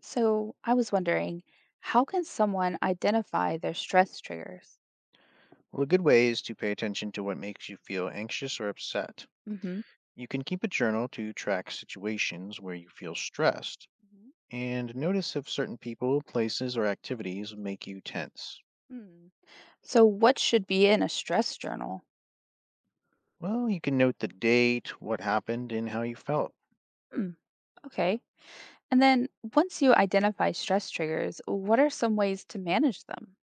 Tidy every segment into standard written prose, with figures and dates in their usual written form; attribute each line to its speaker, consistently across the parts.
Speaker 1: So I was wondering, how can someone identify their stress triggers?
Speaker 2: Well, a good way is to pay attention to what makes you feel anxious or upset.
Speaker 1: Hmm.
Speaker 2: You can keep a journal to track situations where you feel stressed
Speaker 1: Mhm.
Speaker 2: and notice if certain people, places, or activities make you tense.
Speaker 1: Mm. So what should be in a stress journal?
Speaker 2: Well, you can note the date, what happened, and how you felt.
Speaker 1: Hmm, okay. And then once you identify stress triggers, what are some ways to manage them?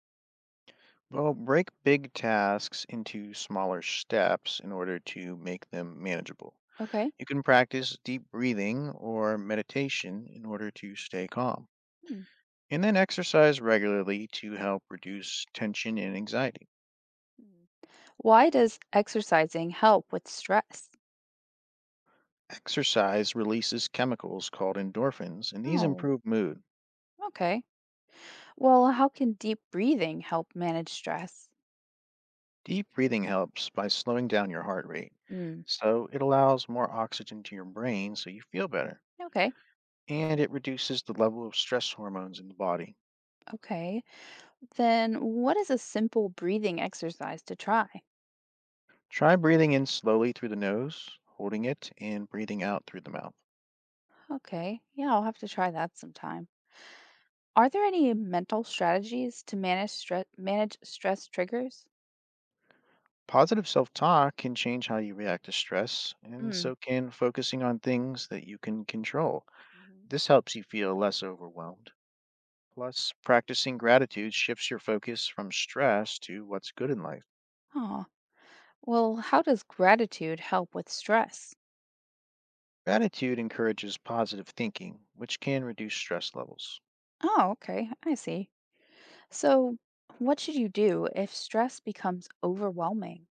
Speaker 2: Well, break big tasks into smaller steps in order to make them manageable.
Speaker 1: Okay.
Speaker 2: You can practice deep breathing or meditation in order to stay calm.
Speaker 1: Hmm.
Speaker 2: And then exercise regularly to help reduce tension and anxiety.
Speaker 1: Mm. Why does exercising help with stress?
Speaker 2: Exercise releases chemicals called endorphins, and these
Speaker 1: Oh,
Speaker 2: improve mood.
Speaker 1: okay. Well, how can deep breathing help manage stress?
Speaker 2: Deep breathing helps by slowing down your heart rate,
Speaker 1: Mm,
Speaker 2: so it allows more oxygen to your brain so you feel better,
Speaker 1: okay,
Speaker 2: and it reduces the level of stress hormones in the body.
Speaker 1: okay. Then what is a simple breathing exercise to try?
Speaker 2: Try breathing in slowly through the nose, holding it, and breathing out through the mouth.
Speaker 1: Okay. Yeah, I'll have to try that sometime. Are there any mental strategies to manage stress triggers?
Speaker 2: Positive self talk can change how you react to stress, and
Speaker 1: Hmm.
Speaker 2: so can focusing on things that you can control.
Speaker 1: Hmm.
Speaker 2: This helps you feel less overwhelmed. Plus, practicing gratitude shifts your focus from stress to what's good in life.
Speaker 1: Oh, well, how does gratitude help with stress?
Speaker 2: Gratitude encourages positive thinking, which can reduce stress levels.
Speaker 1: Oh, okay. I see. So, what should you do if stress becomes overwhelming?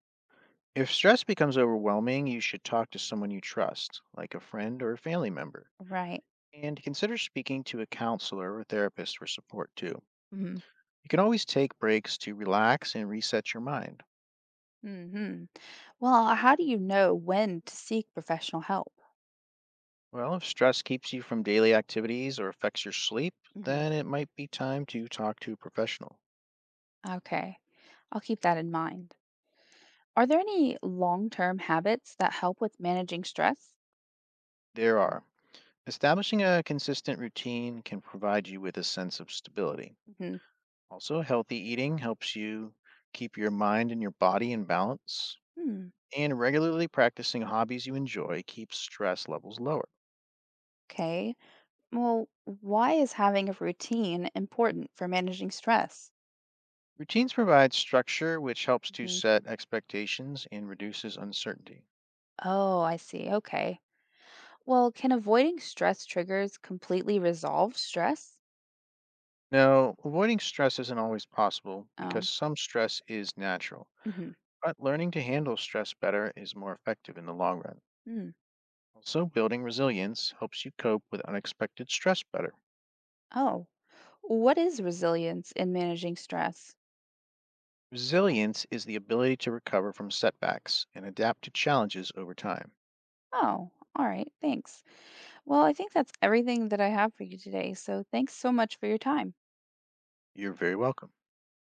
Speaker 2: If stress becomes overwhelming, you should talk to someone you trust, like a friend or a family member,
Speaker 1: Right.
Speaker 2: and consider speaking to a counselor or therapist for support too.
Speaker 1: Mhm.
Speaker 2: You can always take breaks to relax and reset your mind.
Speaker 1: Mhm. Well, how do you know when to seek professional help?
Speaker 2: Well, if stress keeps you from daily activities or affects your sleep,
Speaker 1: Hmm.
Speaker 2: then it might be time to talk to a professional.
Speaker 1: Okay. I'll keep that in mind. Are there any long-term habits that help with managing stress?
Speaker 2: There are. Establishing a consistent routine can provide you with a sense of stability. Also, healthy eating helps you keep your mind and your body in balance.
Speaker 1: Hmm.
Speaker 2: And regularly practicing hobbies you enjoy keeps stress levels lower.
Speaker 1: Okay. Well, why is having a routine important for managing stress?
Speaker 2: Routines provide structure, which helps to
Speaker 1: Hmm.
Speaker 2: set expectations and reduces uncertainty.
Speaker 1: Oh, I see. Okay. Well, can avoiding stress triggers completely resolve stress?
Speaker 2: Now, avoiding stress isn't always possible because
Speaker 1: Oh.
Speaker 2: some stress is natural,
Speaker 1: Hmm.
Speaker 2: but learning to handle stress better is more effective in the long run.
Speaker 1: Hmm.
Speaker 2: Also, building resilience helps you cope with unexpected stress better.
Speaker 1: Oh. What is resilience in managing stress?
Speaker 2: Resilience is the ability to recover from setbacks and adapt to challenges over time.
Speaker 1: Oh, all right. Thanks. Well, I think that's everything that I have for you today. So thanks so much for your time.
Speaker 2: You're very welcome.